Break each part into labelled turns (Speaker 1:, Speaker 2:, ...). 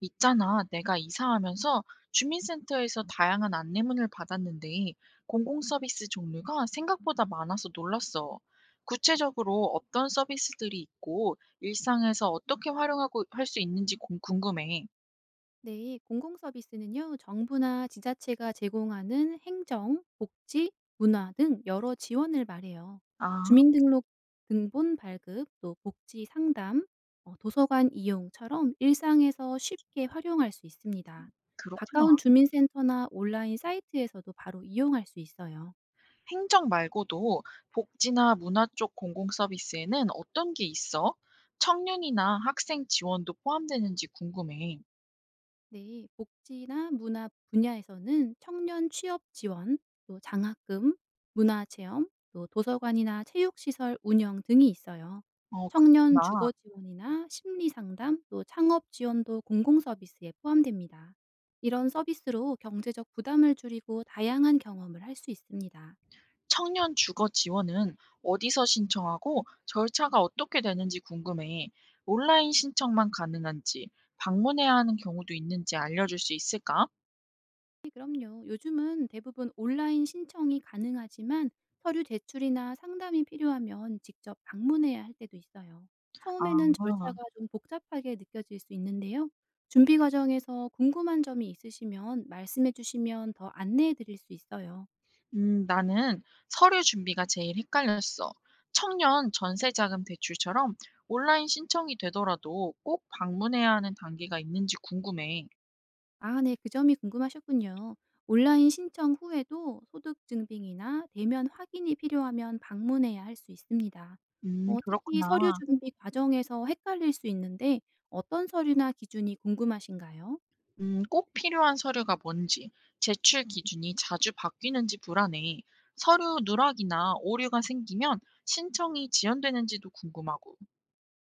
Speaker 1: 있잖아, 내가 이사하면서 주민센터에서 다양한 안내문을 받았는데 공공 서비스 종류가 생각보다 많아서 놀랐어. 구체적으로 어떤 서비스들이 있고 일상에서 어떻게 활용하고 할 수 있는지 궁금해.
Speaker 2: 네, 공공서비스는요, 정부나 지자체가 제공하는 행정, 복지, 문화 등 여러 지원을 말해요.
Speaker 1: 아,
Speaker 2: 주민등록 등본 발급, 또 복지 상담, 도서관 이용처럼 일상에서 쉽게 활용할 수 있습니다.
Speaker 1: 그렇구나.
Speaker 2: 가까운 주민센터나 온라인 사이트에서도 바로 이용할 수 있어요.
Speaker 1: 행정 말고도 복지나 문화 쪽 공공 서비스에는 어떤 게 있어? 청년이나 학생 지원도 포함되는지 궁금해.
Speaker 2: 네. 복지나 문화 분야에서는 청년 취업 지원, 또 장학금, 문화 체험, 또 도서관이나 체육시설 운영 등이 있어요.
Speaker 1: 어,
Speaker 2: 청년
Speaker 1: 그렇구나.
Speaker 2: 주거 지원이나 심리 상담, 또 창업 지원도 공공 서비스에 포함됩니다. 이런 서비스로 경제적 부담을 줄이고 다양한 경험을 할 수 있습니다.
Speaker 1: 청년 주거 지원은 어디서 신청하고 절차가 어떻게 되는지 궁금해. 온라인 신청만 가능한지, 방문해야 하는 경우도 있는지 알려줄 수 있을까?
Speaker 2: 네, 그럼요. 요즘은 대부분 온라인 신청이 가능하지만 서류 제출이나 상담이 필요하면 직접 방문해야 할 때도 있어요. 처음에는
Speaker 1: 아,
Speaker 2: 절차가 좀 복잡하게 느껴질 수 있는데요. 준비 과정에서 궁금한 점이 있으시면 말씀해 주시면 더 안내해 드릴 수 있어요.
Speaker 1: 나는 서류 준비가 제일 헷갈렸어. 청년 전세자금 대출처럼 온라인 신청이 되더라도 꼭 방문해야 하는 단계가 있는지 궁금해.
Speaker 2: 아 네. 그 점이 궁금하셨군요. 온라인 신청 후에도 소득 증빙이나 대면 확인이 필요하면 방문해야 할 수 있습니다. 특히 서류
Speaker 1: 그렇구나.
Speaker 2: 준비 과정에서 헷갈릴 수 있는데 어떤 서류나 기준이 궁금하신가요?
Speaker 1: 꼭 필요한 서류가 뭔지, 제출 기준이 자주 바뀌는지 불안해. 서류 누락이나 오류가 생기면 신청이 지연되는지도 궁금하고.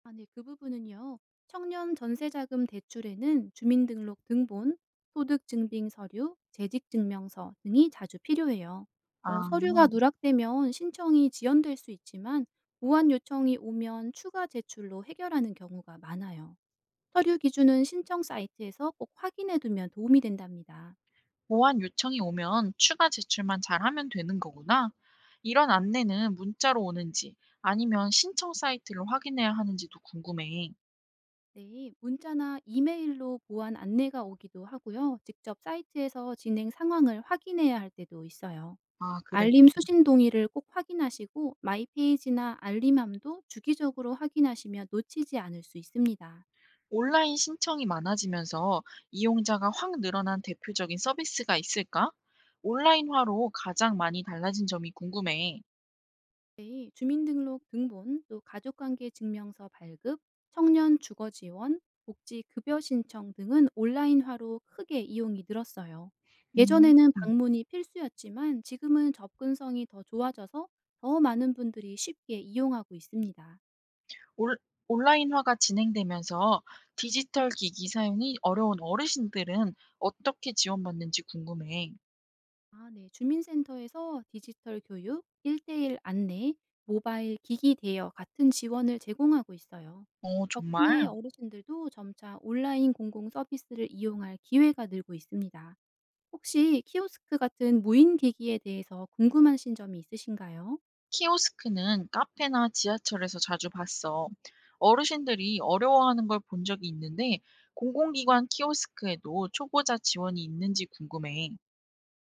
Speaker 2: 아 네. 그 부분은요. 청년 전세자금 대출에는 주민등록 등본, 소득증빙 서류, 재직증명서 등이 자주 필요해요.
Speaker 1: 아,
Speaker 2: 서류가 누락되면 신청이 지연될 수 있지만 보완 요청이 오면 추가 제출로 해결하는 경우가 많아요. 서류 기준은 신청 사이트에서 꼭 확인해 두면 도움이 된답니다.
Speaker 1: 보완 요청이 오면 추가 제출만 잘하면 되는 거구나. 이런 안내는 문자로 오는지 아니면 신청 사이트를 확인해야 하는지도 궁금해.
Speaker 2: 네, 문자나 이메일로 보완 안내가 오기도 하고요. 직접 사이트에서 진행 상황을 확인해야 할 때도 있어요.
Speaker 1: 아, 그래.
Speaker 2: 알림 수신 동의를 꼭 확인하시고 마이 페이지나 알림함도 주기적으로 확인하시면 놓치지 않을 수 있습니다.
Speaker 1: 온라인 신청이 많아지면서 이용자가 확 늘어난 대표적인 서비스가 있을까? 온라인화로 가장 많이 달라진 점이 궁금해.
Speaker 2: 네, 주민등록 등본, 또 가족관계 증명서 발급, 청년 주거 지원, 복지 급여 신청 등은 온라인화로 크게 이용이 늘었어요.
Speaker 1: 음.
Speaker 2: 예전에는 방문이 필수였지만 지금은 접근성이 더 좋아져서 더 많은 분들이 쉽게 이용하고 있습니다.
Speaker 1: 온 온라인화가 진행되면서 디지털 기기 사용이 어려운 어르신들은 어떻게 지원받는지 궁금해.
Speaker 2: 아 네. 주민센터에서 디지털 교육, 일대일 안내, 모바일 기기 대여 같은 지원을 제공하고 있어요.
Speaker 1: 어, 정말?
Speaker 2: 덕분에 어르신들도 점차 온라인 공공 서비스를 이용할 기회가 늘고 있습니다. 혹시 키오스크 같은 무인 기기에 대해서 궁금하신 점이 있으신가요?
Speaker 1: 키오스크는 카페나 지하철에서 자주 봤어. 어르신들이 어려워하는 걸 본 적이 있는데, 공공기관 키오스크에도 초보자 지원이 있는지 궁금해.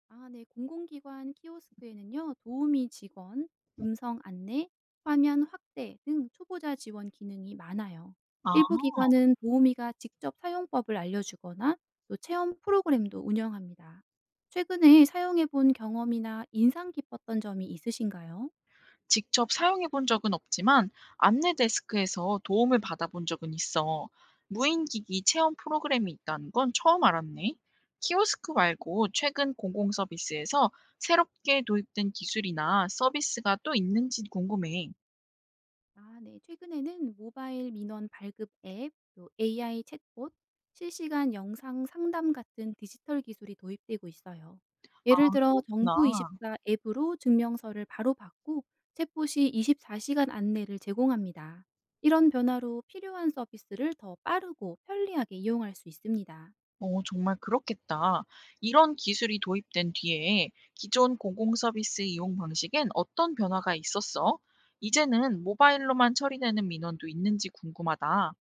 Speaker 2: 아 네. 공공기관 키오스크에는요. 도우미 직원, 음성 안내, 화면 확대 등 초보자 지원 기능이 많아요.
Speaker 1: 아,
Speaker 2: 일부 기관은 도우미가 직접 사용법을 알려주거나 또 체험 프로그램도 운영합니다. 최근에 사용해 본 경험이나 인상 깊었던 점이 있으신가요?
Speaker 1: 직접 사용해 본 적은 없지만 안내 데스크에서 도움을 받아본 적은 있어. 무인기기 체험 프로그램이 있다는 건 처음 알았네. 키오스크 말고 최근 공공 서비스에서 새롭게 도입된 기술이나 서비스가 또 있는지 궁금해.
Speaker 2: 아 네. 최근에는 모바일 민원 발급 앱, 또 AI 챗봇, 실시간 영상 상담 같은 디지털 기술이 도입되고 있어요. 예를 들어
Speaker 1: 나,
Speaker 2: 정부24 앱으로 증명서를 바로 받고 챗봇이 24시간 안내를 제공합니다. 이런 변화로 필요한 서비스를 더 빠르고 편리하게 이용할 수 있습니다.
Speaker 1: 어, 정말 그렇겠다. 이런 기술이 도입된 뒤에 기존 공공 서비스 이용 방식엔 어떤 변화가 있었어? 이제는 모바일로만 처리되는 민원도 있는지 궁금하다.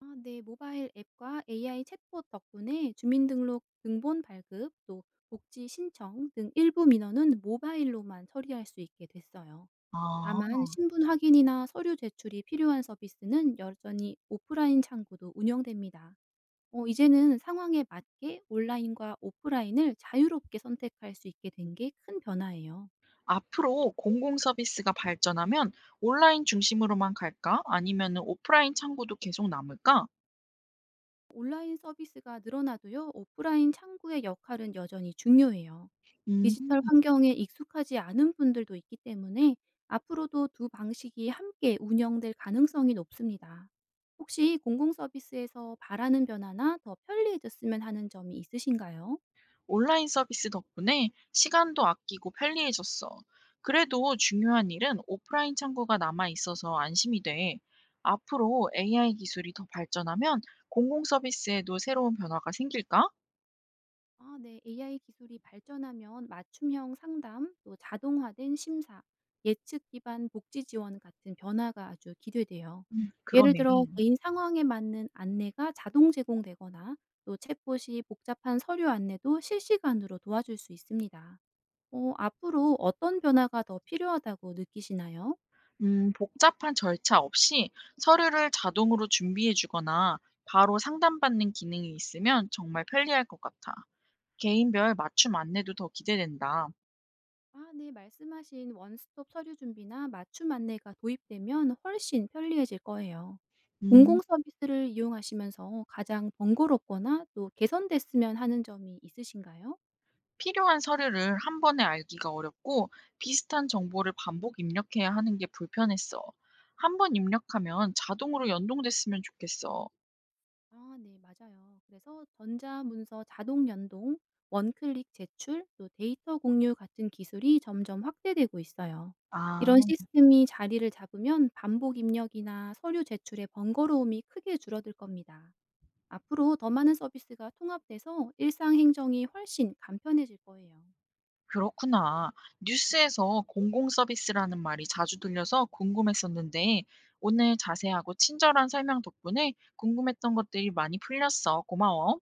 Speaker 2: 아 네. 모바일 앱과 AI 챗봇 덕분에 주민등록 등본 발급 또 복지 신청 등 일부 민원은 모바일로만 처리할 수 있게 됐어요.
Speaker 1: 아,
Speaker 2: 다만 신분 확인이나 서류 제출이 필요한 서비스는 여전히 오프라인 창구도 운영됩니다. 이제는 상황에 맞게 온라인과 오프라인을 자유롭게 선택할 수 있게 된 게 큰 변화예요.
Speaker 1: 앞으로 공공 서비스가 발전하면 온라인 중심으로만 갈까? 아니면은 오프라인 창구도 계속 남을까?
Speaker 2: 온라인 서비스가 늘어나도요. 오프라인 창구의 역할은 여전히 중요해요.
Speaker 1: 음,
Speaker 2: 디지털 환경에 익숙하지 않은 분들도 있기 때문에 앞으로도 두 방식이 함께 운영될 가능성이 높습니다. 혹시 공공 서비스에서 바라는 변화나 더 편리해졌으면 하는 점이 있으신가요?
Speaker 1: 온라인 서비스 덕분에 시간도 아끼고 편리해졌어. 그래도 중요한 일은 오프라인 창구가 남아 있어서 안심이 돼. 앞으로 AI 기술이 더 발전하면 공공 서비스에도 새로운 변화가 생길까?
Speaker 2: 아 네. AI 기술이 발전하면 맞춤형 상담, 또 자동화된 심사, 예측 기반 복지 지원 같은 변화가 아주 기대돼요.
Speaker 1: 음.
Speaker 2: 예를
Speaker 1: 그러네.
Speaker 2: 들어 개인 상황에 맞는 안내가 자동 제공되거나 또 챗봇이 복잡한 서류 안내도 실시간으로 도와줄 수 있습니다. 앞으로 어떤 변화가 더 필요하다고 느끼시나요?
Speaker 1: 복잡한 절차 없이 서류를 자동으로 준비해 주거나 바로 상담받는 기능이 있으면 정말 편리할 것 같아. 개인별 맞춤 안내도 더 기대된다.
Speaker 2: 아 네. 말씀하신 원스톱 서류 준비나 맞춤 안내가 도입되면 훨씬 편리해질 거예요.
Speaker 1: 음,
Speaker 2: 공공 서비스를 이용하시면서 가장 번거롭거나 또 개선됐으면 하는 점이 있으신가요?
Speaker 1: 필요한 서류를 한 번에 알기가 어렵고 비슷한 정보를 반복 입력해야 하는 게 불편했어. 한번 입력하면 자동으로 연동됐으면 좋겠어.
Speaker 2: 아 네 맞아요. 그래서 전자문서 자동 연동, 원클릭 제출, 또 데이터 공유 같은 기술이 점점 확대되고 있어요. 이런
Speaker 1: 아,
Speaker 2: 시스템이 자리를 잡으면 반복 입력이나 서류 제출의 번거로움이 크게 줄어들 겁니다. 앞으로 더 많은 서비스가 통합돼서 일상 행정이 훨씬 간편해질 거예요.
Speaker 1: 그렇구나. 뉴스에서 공공 서비스라는 말이 자주 들려서 궁금했었는데, 오늘 자세하고 친절한 설명 덕분에 궁금했던 것들이 많이 풀렸어. 고마워.